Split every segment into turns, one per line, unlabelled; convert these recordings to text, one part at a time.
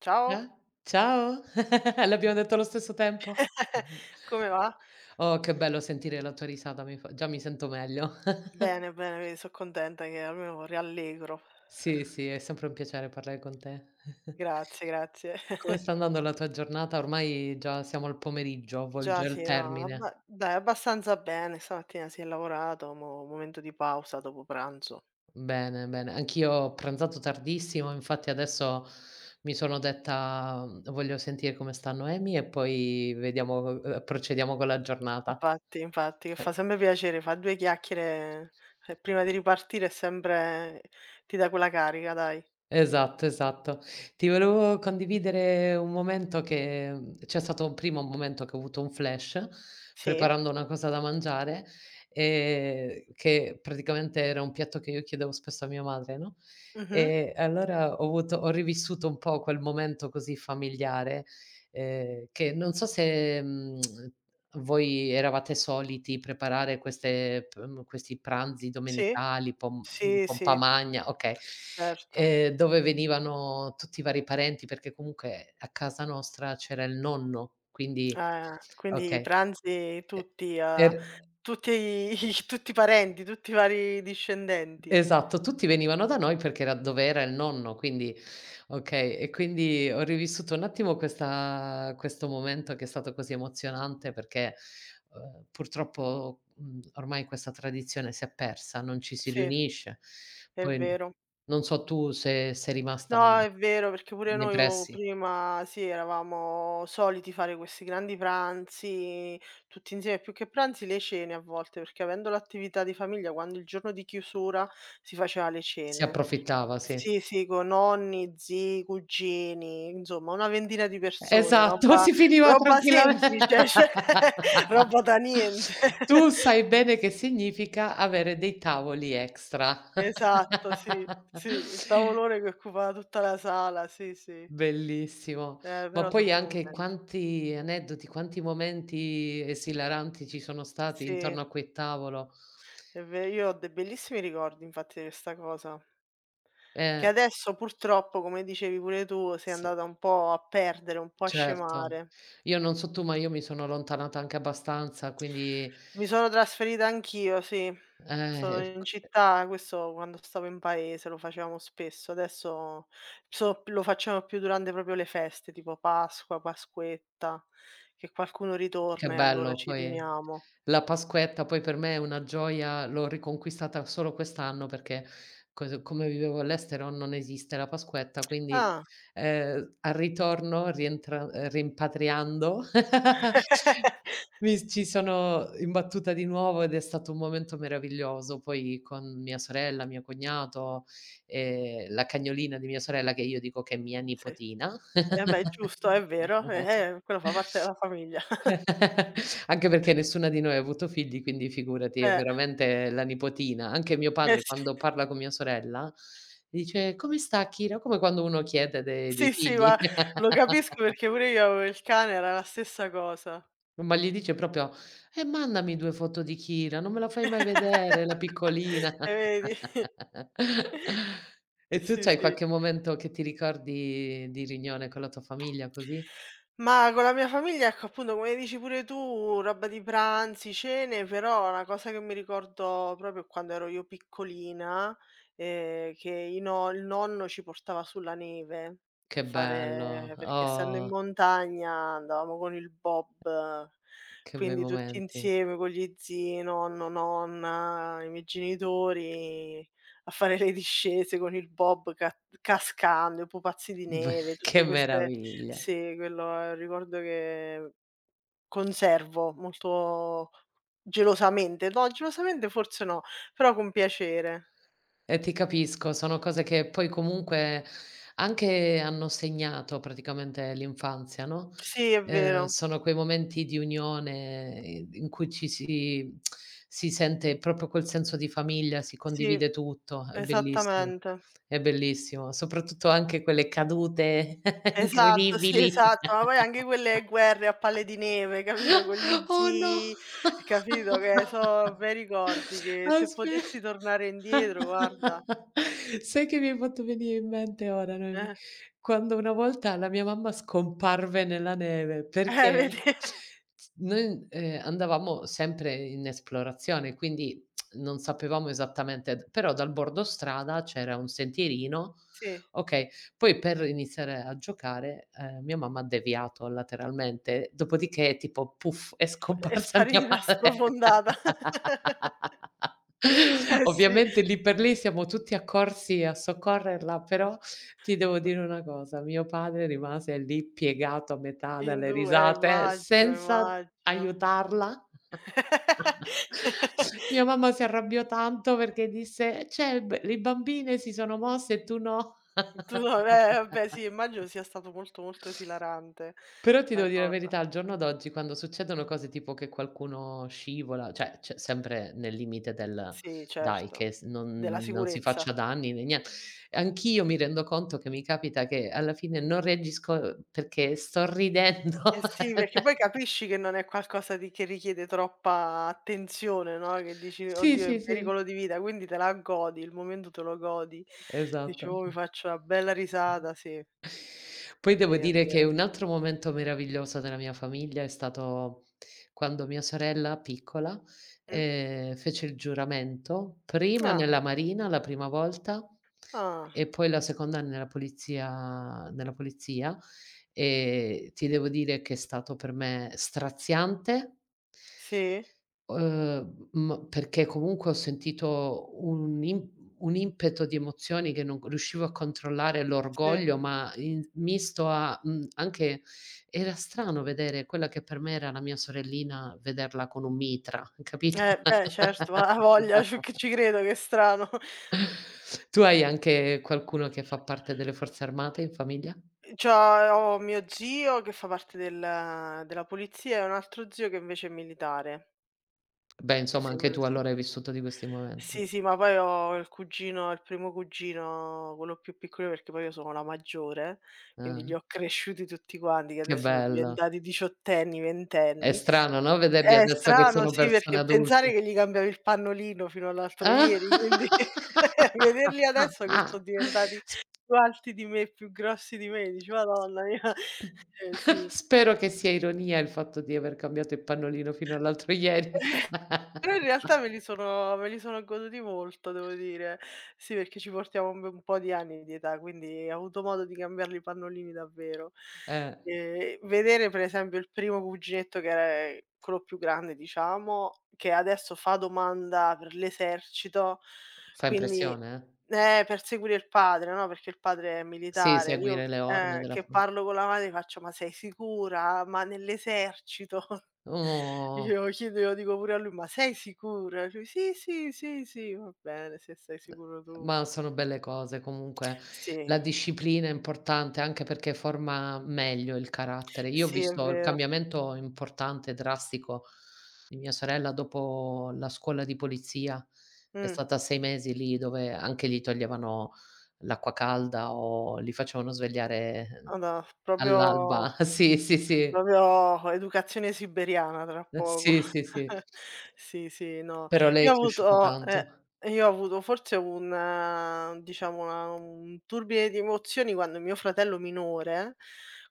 Ciao,
Cia Ciao. L'abbiamo detto allo stesso tempo?
come va?
Oh, che bello sentire la tua risata, mi fa già mi sento meglio.
Bene, bene, vedi so' contenta che almeno rallegro.
Sì, sì, è sempre un piacere parlare con te.
Grazie, grazie.
Come sta andando la tua giornata? Ormai già siamo al pomeriggio,
Già
volge al
sì, no,
termine.
abba dai abbastanza bene, stamattina si è lavorato, mo' momento di pausa dopo pranzo.
Bene, bene. Anch'io ho pranzato tardissimo, infatti adesso mi sono detta: "Voglio sentire come sta Noemi e poi vediamo, procediamo con la giornata."
Infatti, infatti, che fa sempre piacere, fa 2 chiacchiere, e prima di ripartire è sempre ti dà quella carica dai.
Esatto, esatto. Ti volevo condividere un momento che mhmm, c'è stato prima un primo momento che ho avuto un flash,
Sì,
preparando una cosa da mangiare, che praticamente era un piatto che io chiedevo spesso a mia madre, no,
mh-mh,
e allora ho rivissuto un po' quel momento così familiare, che non so se, mhmm voi eravate soliti preparare questi pranzi
sì,
domenicali,
sì,
pompa
sì,
magna, okay,
certo.
dove venivano tutti i vari parenti, perché comunque a casa nostra c'era il nonno, quindi
Ah, quindi
okay,
pranzi
e er
tutti i tutti i parenti, tutti i vari discendenti.
Esatto, tutti venivano da noi perché era dove era il nonno, quindi okay, e quindi ho rivissuto un attimo questa questo momento che è stato così emozionante perché, purtroppo, ormai questa tradizione si è persa, non ci si
Sì,
riunisce.
è
Poi
vero.
non so tu se sei rimasta
No, è vero, perché pure
nei
noi o
pressi.
prima sì, eravamo soliti fare questi grandi pranzi tutti insieme, più che pranzi le cene a volte, perché avendo l'attività di famiglia, quando il giorno di chiusura si faceva le
Si
cene.
approfittava, sì.
Sì, sì, con nonni, zii, cugini, insomma una ventina di persone,
Esatto,
roba
si finiva
roba
tranquilla
semplice, cioè roba da niente.
Tu sai bene che significa avere dei tavoli extra.
Esatto, sì, sì, il tavolone che occupava tutta la sala, sì, sì.
Bellissimo. Ma
Però so'
poi
bei
anche
momenti.
quanti aneddoti, quanti momenti esilaranti ci sono stati
Sì,
intorno a quel tavolo.
è ve io ho dei bellissimi ricordi infatti di questa cosa, che
Eh,
adesso purtroppo, come dicevi pure tu, si è
sì,
andata un po' a perdere, un po' a
certo.
scemare.
Io non so tu, ma io mi sono allontanata anche abbastanza, quindi
Mi sono trasferita anch'io, sì. Sono
ec
in città, questo quando stavo in paese lo facevamo spesso, adesso lo facciamo più durante proprio le feste, tipo Pasqua, Pasquetta, che qualcuno
Che
ritorna e allora
bello,
ci
poi
riuniamo.
la Pasquetta poi per me è una gioia, l'ho riconquistata solo quest'anno perché cos come vivevo all'estero non esiste la Pasquetta, quindi,
Ah.
al ritorno rientra rimpatriando mi s ci sono imbattuta di nuovo ed è stato un momento meraviglioso. Poi con mia sorella, mio cognato, la cagnolina di mia sorella, che io dico che è mia
Sì.
nipotina.
Eh beh, è giusto, è vero, quello fa parte della famiglia.
Anche perché nessuna di noi ha avuto figli, quindi figurati, è
Eh,
veramente la nipotina. Anche mio
eh
padre
sì.
quando parla con mia sorella, dice: "Come sta Kira?" Come quando uno chiede de dei
Sì, sì, ma
figli.
lo capisco perché pure io avevo il cane, era la stessa cosa.
Ma gli dice proprio: mandami 2 foto di Kira, non me la fai mai vedere, la
E
piccolina."
vedi? Eh
E tu
sì,
c'hai
sì.
qualche momento che ti ricordi di riunione con la tua famiglia così?
Ma con la mia famiglia, ecco, appunto, come dici pure tu, roba di pranzi, cene, però una cosa che mi ricordo proprio quando ero io piccolina, che i no il nonno ci portava sulla neve a
Che bello,
fare, perché essendo in
oh,
montagna andavamo con il bob,
che bei
quindi tutti
momenti.
insieme con gli zii, nonno, nonna, i miei genitori a fare le discese con il bob, ca cascando, i pupazzi di
Beh,
neve,
che
tutte queste.
meraviglia.
Sì, quello è un ricordo che conservo molto gelosamente. No, gelosamente forse no, però con piacere.
E ti capisco, sono cose che poi comunque anche hanno segnato praticamente l'infanzia, no,
Sì, è vero.
sono quei momenti di unione, in cui ci si sente proprio quel senso di famiglia, si
Sì,
condivide tutto,
esattamente.
è bellissimo, soprattutto anche quelle cadute
Esatto, sì,
incredibili.
esatto, ma poi anche quelle guerre a palle di neve, capito, con gli
Oh no.
zii, capito, che so bei ricordi che se
Aspe
potessi tornare indietro, guarda.
sai che mi hai fatto venire in mente ora, Noemi,
Eh.
quando una volta la mia mamma scomparve nella neve perché
Vedi?
s noi, andavamo sempre in esplorazione, quindi non sapevamo esattamente d però dal bordo strada c'era un sentierino,
Sì,
okay, poi per iniziare a giocare, mia mamma ha deviato lateralmente, dopodiché tipo puff, è
f è
scomparsa mia
sparita,
madre.
sprofondata. Eh sì,
Ovviamente lì per lì siamo tutti accorsi a soccorrerla, però ti devo dire una cosa, mio padre rimase lì piegato a metà
in
dalle
2,
risate
immagino,
senza
immagino.
aiutarla. Mia mamma si arrabbiò tanto perché disse: "Cioè b le bambine si sono mosse e tu no".
Tu no. Eh vabbè, sì, immagino sia stato molto, molto esilarante
Però ti
la
devo dire la
cosa.
verità, al giorno d'oggi quando succedono cose tipo che qualcuno scivola, cioè sempre nel limite del:
Sì,
"Dai
certo,
che s
della
non si
sicurezza.
faccia danni né nien" anch'io mi rendo conto che mi capita che alla fine non reagisco, perché sto ridendo.
Eh sì, perché poi capisci che non è qualcosa di che richiede troppa attenzione, no, che dici:
Sì,
"Oddio, è in
sì, sì,
pericolo di vita", quindi te la godi, il momento te lo godi. Dici:
esatto.
"Oh, mi faccio una bella risata", sì,
Poi
sì,
devo
è
dire
vero.
che un altro momento meraviglioso della mia famiglia è stato quando mia sorella piccola,
Mh?
fece il giuramento, prima
Ah,
nella marina la prima volta
ah,
e poi la seconda nella polizia, e ti devo dire che è stato per me straziante,
sì?
M perché comunque ho sentito un impeto di emozioni che non riuscivo a controllare,
Sì.
l'orgoglio, ma in misto a, anche era strano vedere quella che per me era la mia sorellina, vederla con un mitra, capito?
Beh, certo, ma ha voglia, ci che ci credo, che strano.
Tu hai anche qualcuno che fa parte delle forze armate in famiglia?
C'ho ho mio zio che fa parte della polizia, e un altro zio che invece è militare.
Beh, insomma
Sì,
anche
quello
tu
sì.
allora hai vissuto di questi momenti.
Sì, sì, ma poi ho il primo cugino, quello più piccolo, perché poi io sono la maggiore, quindi li
Ah,
ho cresciuti tutti quanti, che
che
adesso sono
bello.
diventati diciottenni,
È
ventenni.
strano, no, vederli
È
adesso che
strano,
sono
sì, perché
persone
pensare
adulte.
che gli cambiavi il pannolino fino all'altro ieri, quindi vederli adesso che so'
Ah.
diventati
S
più alti di me, più grossi di me, dici: "Madonna mia". Sì.
Spero che sia ironia il fatto di aver cambiato il pannolino fino all'altro ieri.
Però in realtà me li sono me li sono goduti molto, devo dire. Sì, perché ci portiamo un po' di anni di età, quindi ho avuto modo di cambiarli i pannolini davvero.
Eh,
Vedere per esempio il primo cuginetto che era, quello più grande diciamo, che adesso fa domanda per l'esercito,
fa
quindi
impressione, eh?
per seguire il padre, no, perché il padre è
Sì,
militare. Io,
seguire le orme della
che
fa
parlo con la madre, faccio: "Ma sei sicura? Ma nell'esercito?"
oh.
Glielo dico pure a lui: "Ma sei sicura?" Lui: "Sì, sì, sì, sì, va bene, se sei sicuro tu."
Ma sono belle cose comunque.
Sì,
La disciplina è importante anche perché forma meglio il carattere. Io ho
sì, è
visto il
vero.
cambiamento importante, drastico di mia sorella dopo la scuola di polizia. È
Mh.
stata 6 mesi lì dove anche lì toglievano l'acqua calda o li facevano svegliare
Guarda, proprio
all'alba. Sì, sì, sì.
Proprio educazione siberiana tra poco.
Sì, sì, sì.
Sì, sì, no.
Però lei
Io
è
ho
cresciuta
avuto ehm,
tanto.
io ho avuto forse un diciamo una un turbine di emozioni quando mio fratello minore,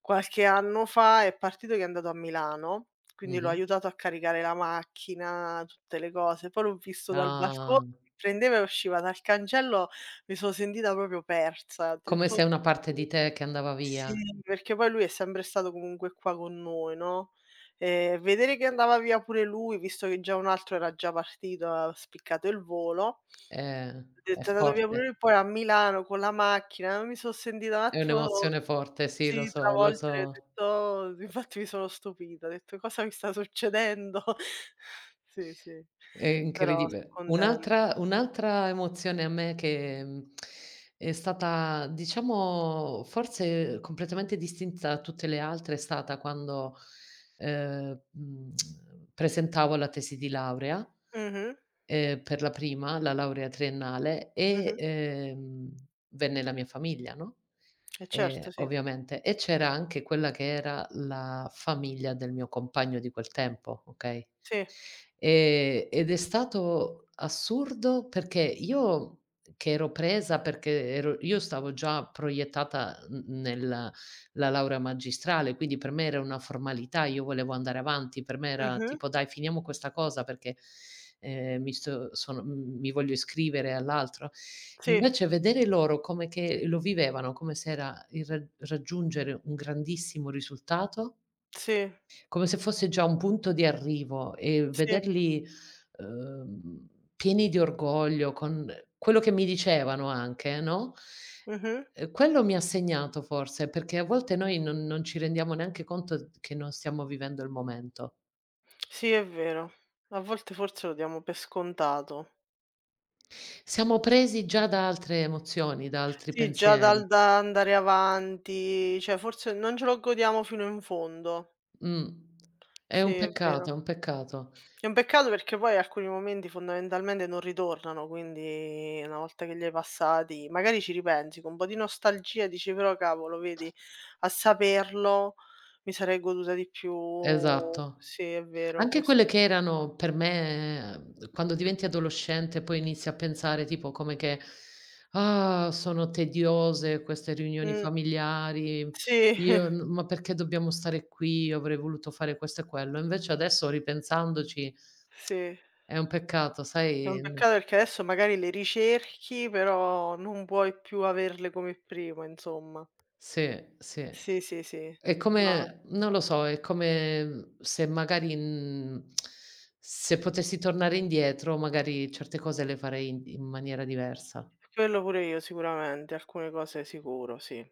qualche anno fa, è partito, che è andato a Milano, quindi l'ho
Mh-mh.
aiutato a caricare la macchina, tutte le cose. Poi l'ho visto dal balcone
Ah,
che prendeva e usciva dal cancello, mi sono sentita proprio persa. Ho
come
detto
se una parte di te che andava
sì,
via.
perché poi lui è sempre stato comunque qua con noi, no, vedere che andava via pure lui, visto che già un altro era già partito, aveva spiccato il volo,
Eh,
ho
è
detto: "È andato via pure
forte.
lui", poi a Milano con la macchina, mi son sentita un
È
attimo,
un'emozione forte, sì, lo
sì,
so, lo
travolgere, ho
so.
detto "Oh", infatti mi sono stupita, ho detto: "Cosa mi sta succedendo?" Sì, sì,
È
però so'
incredibile.
contenta.
Un'altra emozione a me che, è stata diciamo forse completamente distinta da tutte le altre, è stata quando, ehm, mhmm, presentavo la tesi di laurea,
Mh-mh,
Per la prima, la laurea triennale e,
mh-mh.
venne la mia famiglia, no,
E certo, sì.
ovviamente, e c'era anche quella che era la famiglia del mio compagno di quel tempo, okay,
Sì.
ed è stato assurdo perché io che ero presa perché ero io stavo già proiettata n nel la laurea magistrale, quindi per me era una formalità, io volevo andare avanti, per me era
Mh-mh.
tipo: "Dai, finiamo questa cosa perché, mi sto sono mhmm, mi voglio iscrivere all'altro".
Sì,
Invece vedere loro come che lo vivevano, come se era il ra raggiungere un grandissimo risultato
sì,
come se fosse già un punto di arrivo e
sì.
vederli, uhm, pieni di orgoglio con quello che mi dicevano anche, no,
Mh-mh.
quello mi ha segnato forse, perché a volte noi non ci rendiamo neanche conto che non stiamo vivendo il momento.
Sì, è vero. A volte forse lo diamo per scontato.
Siamo presi già da altre emozioni, da altri
Sì, già dal
pensieri.
da andare avanti, cioè forse non ce lo godiamo fino in fondo.
Mh. È
Sì,
un
è
peccato,
vero.
è un peccato.
È un peccato perché poi alcuni momenti fondamentalmente non ritornano, quindi una volta che li hai passati, magari ci ripensi con un po' di nostalgia e dici: "Però cavolo, vedi, a saperlo mi sarei goduta di più",
Esatto.
sì, è vero,
Anche quelle
questo sì.
che erano per me quando diventi adolescente poi inizi a pensare tipo come che: "Ah, sono tediose queste riunioni
Mh,
familiari,
sì,
io n ma perché dobbiamo stare qui? Io avrei voluto fare questo e quello". Invece adesso ripensandoci
sì.
è un peccato,
È un
sai, n
peccato perché adesso magari le ricerchi, però non puoi più averle come prima, insomma.
sì, sì.
Sì, sì, sì.
È
No,
come non lo so, è come, se magari, se potessi tornare indietro magari certe cose le farei in maniera diversa.
quello pure io sicuramente, alcune cose sicuro, sì.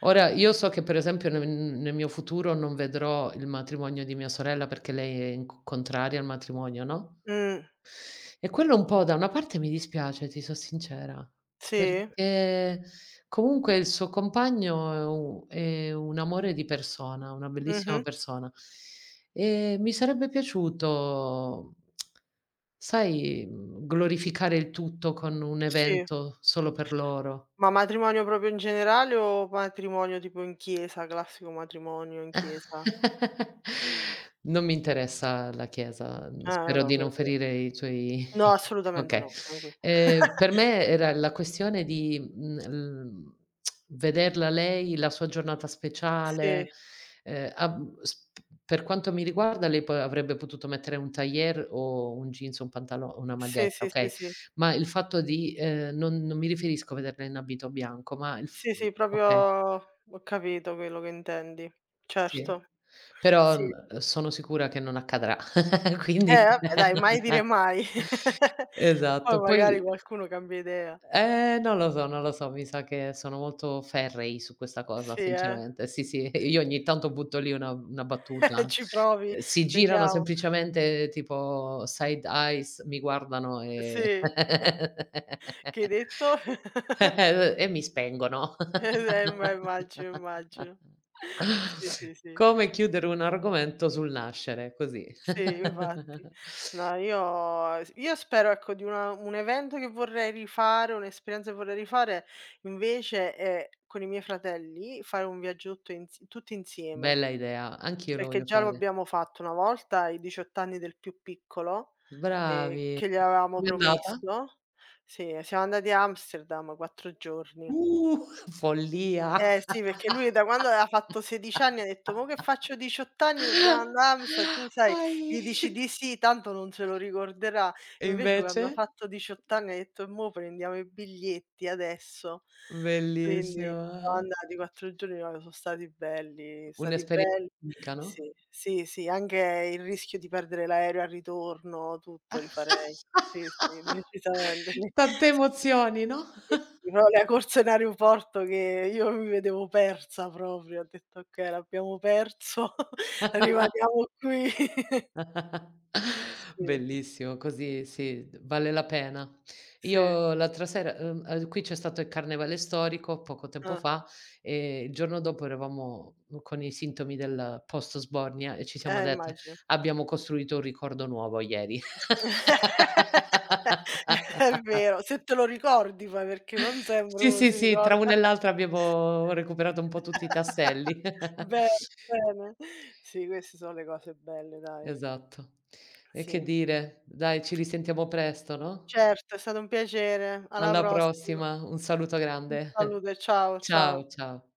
Ora, io so che per esempio nel mio futuro non vedrò il matrimonio di mia sorella perché lei è in c contraria al matrimonio, no,
Mh,
e quello un po' da una parte mi dispiace, ti so sincera,
sì?
perché comunque il suo compagno è un amore di persona, una bellissima
Mh-mh.
persona. E mi sarebbe piaciuto, sai, glorificare il tutto con un
Sì.
evento solo per loro.
Ma matrimonio proprio in generale, o matrimonio tipo in chiesa, classico matrimonio in chiesa?
Non mi interessa la chiesa, n
Ah,
spero
no,
di non
quindi
ferire i tuoi
no, assolutamente
okay.
no, tranqui.
Per me era la questione di, l vederla lei, la sua giornata
Sì,
speciale, a mhmm, s p per quanto mi riguarda lei poi avrebbe potuto mettere un tailleur o un jeans, un pantalo una
sì,
maglietta,
sì, sì,
okay,
sì.
ma il fatto di non mi riferisco a vederla in abito bianco, ma il f
Sì, sì, proprio
okay.
ho capito quello che intendi.
Sì,
Certo.
però,
Sì.
sono sicura che non accadrà, quindi.
Vabbè dai, mai dire mai. Poi
Esatto,
magari
poi
qualcuno cambia idea.
non lo so, non lo so, mi sa che sono molto ferrei su questa cosa
Sì, eh.
sinceramente. Sì, sì, io ogni tanto butto lì una battuta.
Ci provi,
Si girano
vediamo.
semplicemente tipo side eyes, mi guardano e
Sì. Che hai detto?
E mi spengono.
Ma immagino, immagino. Sì, sì, sì.
Come chiudere un argomento sul nascere, così.
Sì, infatti. No, io spero, ecco, di una un evento che vorrei rifare, un'esperienza che vorrei rifare, invece, è con i miei fratelli fare un viaggiotto, ins tutti insieme,
Bella idea, anch'io lo
perché
voglio
già lo
fare.
abbiamo fatto una volta ai 18 anni del più piccolo,
Bravi.
che gli avevamo
Com'è andata?
promesso. Sì, siamo andati a Amsterdam 4 giorni.
Uh, Follia.
Eh sì, perché lui da quando aveva fatto 16 anni ha detto: "Mo' che faccio 18 anni dobbiamo andà a Amsterdam", tu sai, gli dici
Ahi.
di sì, tanto non se lo ricorderà.
E
Invece
invece?
quando ha fatto 18 anni ha detto: "E mo' prendiamo i biglietti adesso". Quindi siamo
Bellissima.
andati 4 giorni, no, so' stati belli, stati
Un'esperienza
belli.
unica, no?
Sì, sì, sì, anche il rischio di perdere l'aereo al ritorno, tutto rifarei. Sì, sì, decisamente.
Tante emozioni, no?
No, la corsa in aeroporto, che io mi vedevo persa proprio, ho detto: "Okay, l'abbiamo perso, rimaniamo qui." Sì,
Bellissimo, così sì, vale la pena.
sì.
Io l'altra sera qui c'è stato il carnevale storico poco tempo
Ah,
fa e il giorno dopo eravamo con i sintomi del post sbornia e ci siamo dette:
immagino.
"Abbiamo costruito un ricordo nuovo ieri."
È vero, se te lo ricordi poi, perché non sempre
Sì,
uno
sì,
si
sì, tra
ricorda.
una e l'altra abbiamo recuperato un po' tutti i tasselli.
Beh, bene. Sì, queste sono le cose belle, dai.
Esatto. E che
Sì.
dire, dai ci risentiamo presto, no?
Certo, è stato un piacere. Alla
Alla
prossima.
prossima, un saluto
Un
grande.
saluto e ciao, ciao.
Ciao, ciao.